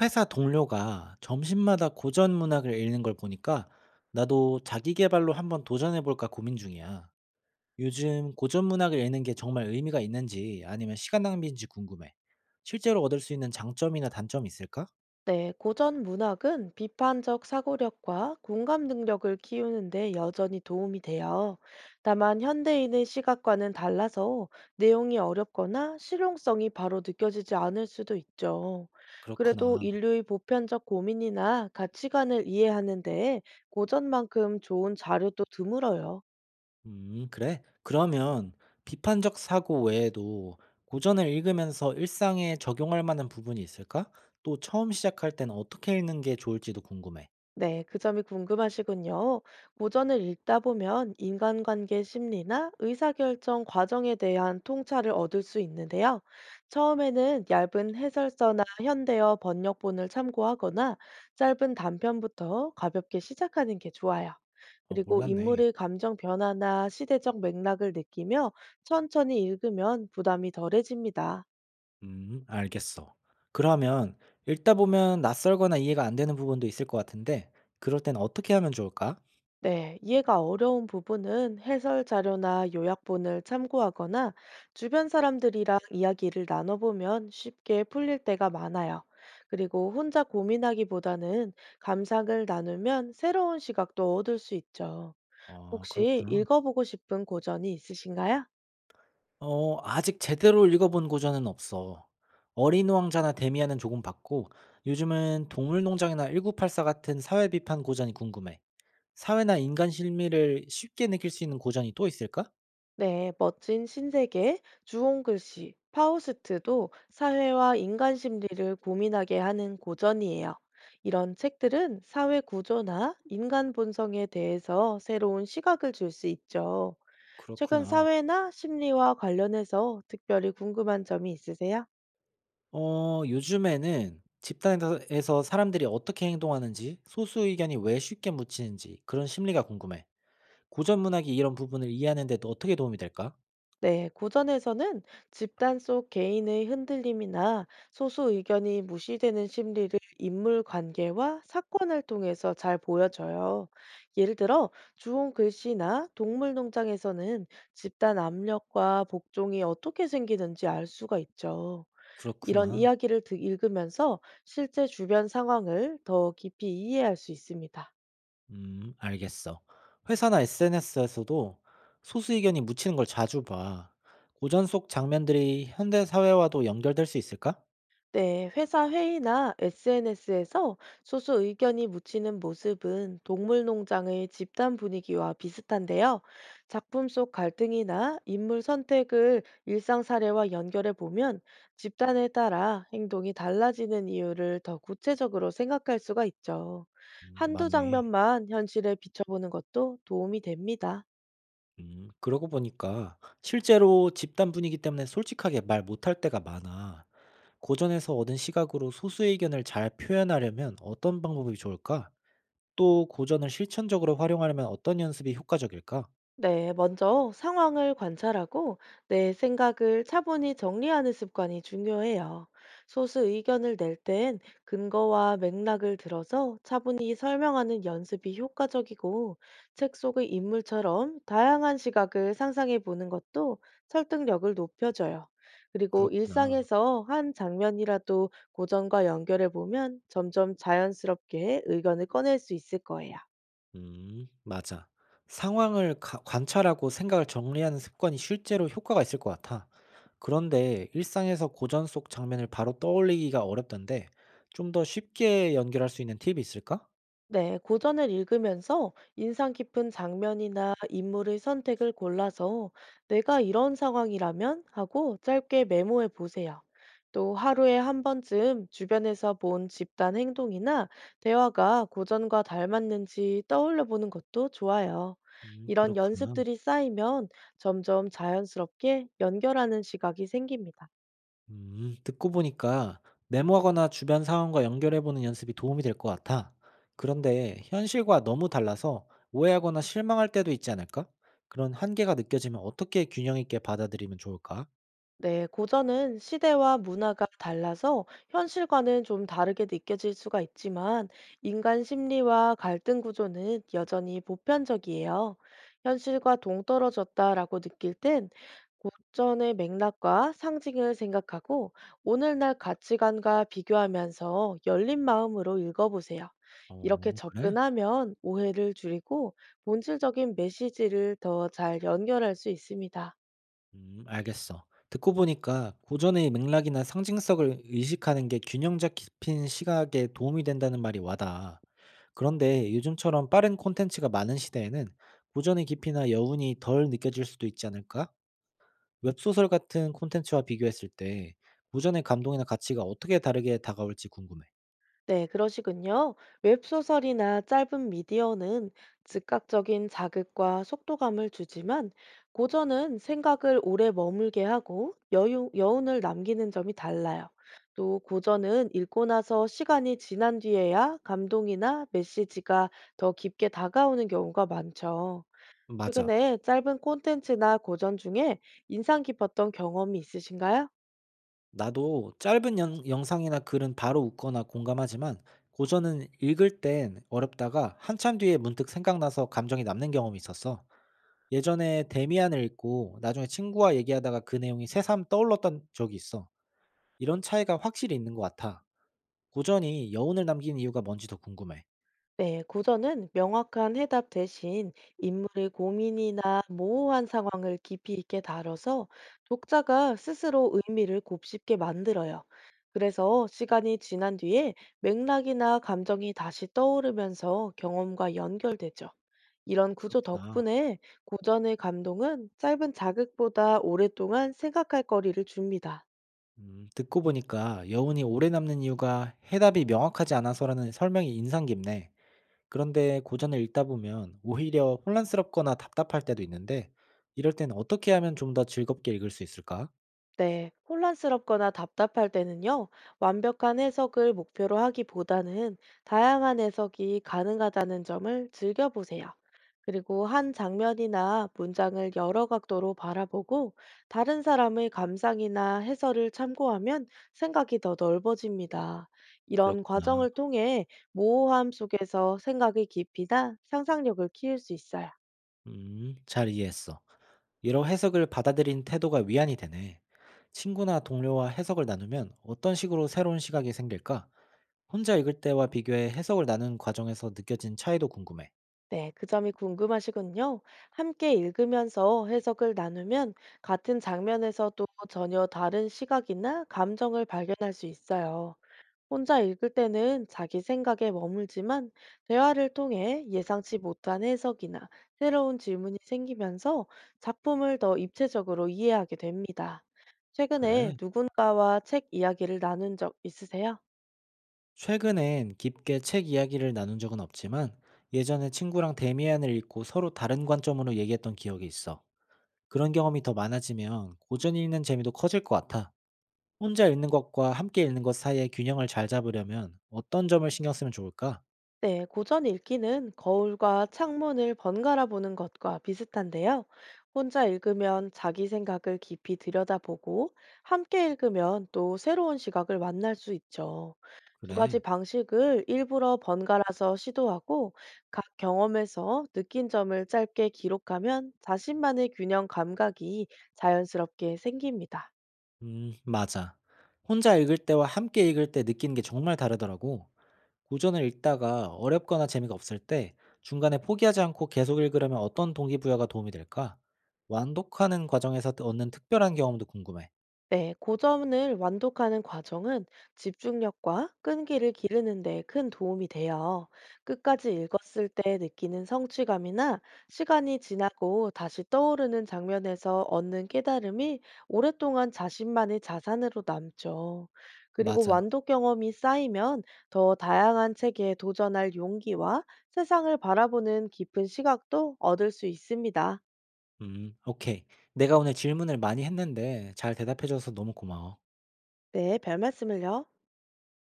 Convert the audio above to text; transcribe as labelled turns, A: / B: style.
A: 회사 동료가 점심마다 고전 문학을 읽는 걸 보니까 나도 자기 개발로 한번 도전해 볼까 고민 중이야. 요즘 고전 문학을 읽는 게 정말 의미가 있는지 아니면 시간 낭비인지 궁금해. 실제로 얻을 수 있는 장점이나 단점이 있을까?
B: 네, 고전 문학은 비판적 사고력과 공감 능력을 키우는데 여전히 도움이 돼요. 다만 현대인의 시각과는 달라서 내용이 어렵거나 실용성이 바로 느껴지지 않을 수도 있죠. 그래도
A: 그렇구나.
B: 인류의 보편적 고민이나 가치관을 이해하는데 고전만큼 좋은 자료도 드물어요.
A: 그래. 그러면 비판적 사고 외에도 고전을 읽으면서 일상에 적용할 만한 부분이 있을까? 또 처음 시작할 땐 어떻게 읽는 게 좋을지도 궁금해.
B: 네, 그 점이 궁금하시군요. 고전을 읽다 보면 인간관계 심리나 의사결정 과정에 대한 통찰을 얻을 수 있는데요. 처음에는 얇은 해설서나 현대어 번역본을 참고하거나 짧은 단편부터 가볍게 시작하는 게 좋아요.
A: 아,
B: 그리고
A: 몰랐네.
B: 인물의 감정 변화나 시대적 맥락을 느끼며 천천히 읽으면 부담이 덜해집니다.
A: 알겠어. 그러면 읽다 보면 낯설거나 이해가 안 되는 부분도 있을 것 같은데, 그럴 땐 어떻게 하면 좋을까?
B: 네, 이해가 어려운 부분은 해설 자료나 요약본을 참고하거나 주변 사람들이랑 이야기를 나눠보면 쉽게 풀릴 때가 많아요. 그리고 혼자 고민하기보다는 감상을 나누면 새로운 시각도 얻을 수 있죠.
A: 어,
B: 혹시
A: 그렇구나.
B: 읽어보고 싶은 고전이 있으신가요?
A: 어, 아직 제대로 읽어본 고전은 없어. 어린 왕자나 데미안은 조금 봤고, 요즘은 동물농장이나 1984 같은 사회 비판 고전이 궁금해. 사회나 인간 실미를 쉽게 느낄 수 있는 고전이 또 있을까?
B: 네, 멋진 신세계, 주홍글씨, 파우스트도 사회와 인간 심리를 고민하게 하는 고전이에요. 이런 책들은 사회 구조나 인간 본성에 대해서 새로운 시각을 줄 수 있죠. 최근
A: 그렇구나.
B: 사회나 심리와 관련해서 특별히 궁금한 점이 있으세요?
A: 어, 요즘에는 집단에서 사람들이 어떻게 행동하는지, 소수 의견이 왜 쉽게 묻히는지 그런 심리가 궁금해. 고전 문학이 이런 부분을 이해하는 데도 어떻게 도움이 될까?
B: 네, 고전에서는 집단 속 개인의 흔들림이나 소수 의견이 무시되는 심리를 인물 관계와 사건을 통해서 잘 보여줘요. 예를 들어, 주홍 글씨나 동물 농장에서는 집단 압력과 복종이 어떻게 생기는지 알 수가 있죠. 이런
A: 그렇구나.
B: 이야기를 읽으면서 실제 주변 상황을 더 깊이 이해할 수 있습니다.
A: 알겠어. 회사나 SNS에서도 소수 의견이 묻히는 걸 자주 봐. 고전 속 장면들이 현대 사회와도 연결될 수 있을까?
B: 네, 회사 회의나 SNS에서 소수 의견이 묻히는 모습은 동물 농장의 집단 분위기와 비슷한데요. 작품 속 갈등이나 인물 선택을 일상 사례와 연결해 보면 집단에 따라 행동이 달라지는 이유를 더 구체적으로 생각할 수가 있죠. 한두
A: 맞네.
B: 장면만 현실에 비춰보는 것도 도움이 됩니다.
A: 그러고 보니까 실제로 집단 분위기 때문에 솔직하게 말 못할 때가 많아. 고전에서 얻은 시각으로 소수의 의견을 잘 표현하려면 어떤 방법이 좋을까? 또 고전을 실천적으로 활용하려면 어떤 연습이 효과적일까?
B: 네, 먼저 상황을 관찰하고 내 생각을 차분히 정리하는 습관이 중요해요. 소수 의견을 낼 땐 근거와 맥락을 들어서 차분히 설명하는 연습이 효과적이고 책 속의 인물처럼 다양한 시각을 상상해 보는 것도 설득력을 높여줘요. 그리고
A: 그렇구나.
B: 일상에서 한 장면이라도 고전과 연결해 보면 점점 자연스럽게 의견을 꺼낼 수 있을 거예요.
A: 맞아. 관찰하고 생각을 정리하는 습관이 실제로 효과가 있을 것 같아. 그런데 일상에서 고전 속 장면을 바로 떠올리기가 어렵던데 좀 더 쉽게 연결할 수 있는 팁이 있을까?
B: 네, 고전을 읽으면서 인상 깊은 장면이나 인물의 선택을 골라서 내가 이런 상황이라면 하고 짧게 메모해 보세요. 또 하루에 한 번쯤 주변에서 본 집단 행동이나 대화가 고전과 닮았는지 떠올려 보는 것도 좋아요. 이런
A: 그렇구나.
B: 연습들이 쌓이면 점점 자연스럽게 연결하는 시각이 생깁니다.
A: 듣고 보니까 메모하거나 주변 상황과 연결해보는 연습이 도움이 될 것 같아. 그런데 현실과 너무 달라서 오해하거나 실망할 때도 있지 않을까? 그런 한계가 느껴지면 어떻게 균형 있게 받아들이면 좋을까?
B: 네, 고전은 시대와 문화가 달라서 현실과는 좀 다르게 느껴질 수가 있지만 인간 심리와 갈등 구조는 여전히 보편적이에요. 현실과 동떨어졌다라고 느낄 땐 고전의 맥락과 상징을 생각하고 오늘날 가치관과 비교하면서 열린 마음으로 읽어보세요. 이렇게
A: 어, 그래?
B: 접근하면 오해를 줄이고 본질적인 메시지를 더 잘 연결할 수 있습니다.
A: 알겠어. 듣고 보니까 고전의 맥락이나 상징성을 의식하는 게 균형 잡힌 시각에 도움이 된다는 말이 와닿아. 그런데 요즘처럼 빠른 콘텐츠가 많은 시대에는 고전의 깊이나 여운이 덜 느껴질 수도 있지 않을까? 웹소설 같은 콘텐츠와 비교했을 때 고전의 감동이나 가치가 어떻게 다르게 다가올지 궁금해.
B: 네, 그러시군요. 웹소설이나 짧은 미디어는 즉각적인 자극과 속도감을 주지만 고전은 생각을 오래 머물게 하고 여유, 여운을 남기는 점이 달라요. 또 고전은 읽고 나서 시간이 지난 뒤에야 감동이나 메시지가 더 깊게 다가오는 경우가 많죠.
A: 맞아.
B: 최근에 짧은 콘텐츠나 고전 중에 인상 깊었던 경험이 있으신가요?
A: 나도 짧은 영상이나 글은 바로 웃거나 공감하지만 고전은 읽을 땐 어렵다가 한참 뒤에 문득 생각나서 감정이 남는 경험이 있었어. 예전에 데미안을 읽고 나중에 친구와 얘기하다가 그 내용이 새삼 떠올랐던 적이 있어. 이런 차이가 확실히 있는 것 같아. 고전이 여운을 남기는 이유가 뭔지 더 궁금해.
B: 네, 고전은 명확한 해답 대신 인물의 고민이나 모호한 상황을 깊이 있게 다뤄서 독자가 스스로 의미를 곱씹게 만들어요. 그래서 시간이 지난 뒤에 맥락이나 감정이 다시 떠오르면서 경험과 연결되죠. 이런 구조
A: 그렇구나.
B: 덕분에 고전의 감동은 짧은 자극보다 오랫동안 생각할 거리를 줍니다.
A: 듣고 보니까 여운이 오래 남는 이유가 해답이 명확하지 않아서라는 설명이 인상 깊네. 그런데 고전을 읽다 보면 오히려 혼란스럽거나 답답할 때도 있는데, 이럴 땐 어떻게 하면 좀 더 즐겁게 읽을 수 있을까?
B: 네, 혼란스럽거나 답답할 때는요, 완벽한 해석을 목표로 하기보다는 다양한 해석이 가능하다는 점을 즐겨보세요. 그리고 한 장면이나 문장을 여러 각도로 바라보고 다른 사람의 감상이나 해설을 참고하면 생각이 더 넓어집니다. 이런
A: 그렇구나.
B: 과정을 통해 모호함 속에서 생각의 깊이나 상상력을 키울 수 있어요.
A: 잘 이해했어. 여러 해석을 받아들인 태도가 위안이 되네. 친구나 동료와 해석을 나누면 어떤 식으로 새로운 시각이 생길까? 혼자 읽을 때와 비교해 해석을 나눈 과정에서 느껴진 차이도 궁금해.
B: 네, 그 점이 궁금하시군요. 함께 읽으면서 해석을 나누면 같은 장면에서도 전혀 다른 시각이나 감정을 발견할 수 있어요. 혼자 읽을 때는 자기 생각에 머물지만 대화를 통해 예상치 못한 해석이나 새로운 질문이 생기면서 작품을 더 입체적으로 이해하게 됩니다. 최근에
A: 그래.
B: 누군가와 책 이야기를 나눈 적 있으세요?
A: 최근엔 깊게 책 이야기를 나눈 적은 없지만 예전에 친구랑 데미안을 읽고 서로 다른 관점으로 얘기했던 기억이 있어. 그런 경험이 더 많아지면 고전히 읽는 재미도 커질 것 같아. 혼자 읽는 것과 함께 읽는 것 사이의 균형을 잘 잡으려면 어떤 점을 신경 쓰면 좋을까?
B: 네, 고전 읽기는 거울과 창문을 번갈아 보는 것과 비슷한데요. 혼자 읽으면 자기 생각을 깊이 들여다보고, 함께 읽으면 또 새로운 시각을 만날 수 있죠. 두 가지
A: 그래.
B: 방식을 일부러 번갈아서 시도하고, 각 경험에서 느낀 점을 짧게 기록하면 자신만의 균형 감각이 자연스럽게 생깁니다.
A: 맞아. 혼자 읽을 때와 함께 읽을 때 느끼는 게 정말 다르더라고. 고전을 읽다가 어렵거나 재미가 없을 때 중간에 포기하지 않고 계속 읽으려면 어떤 동기부여가 도움이 될까? 완독하는 과정에서 또 얻는 특별한 경험도 궁금해.
B: 네, 고점을 완독하는 과정은 집중력과 끈기를 기르는 데 큰 도움이 돼요. 끝까지 읽었을 때 느끼는 성취감이나 시간이 지나고 다시 떠오르는 장면에서 얻는 깨달음이 오랫동안 자신만의 자산으로 남죠. 그리고
A: 맞아.
B: 완독 경험이 쌓이면 더 다양한 책에 도전할 용기와 세상을 바라보는 깊은 시각도 얻을 수 있습니다.
A: 오케이. 내가 오늘 질문을 많이 했는데 잘 대답해줘서 너무 고마워.
B: 네, 별 말씀을요.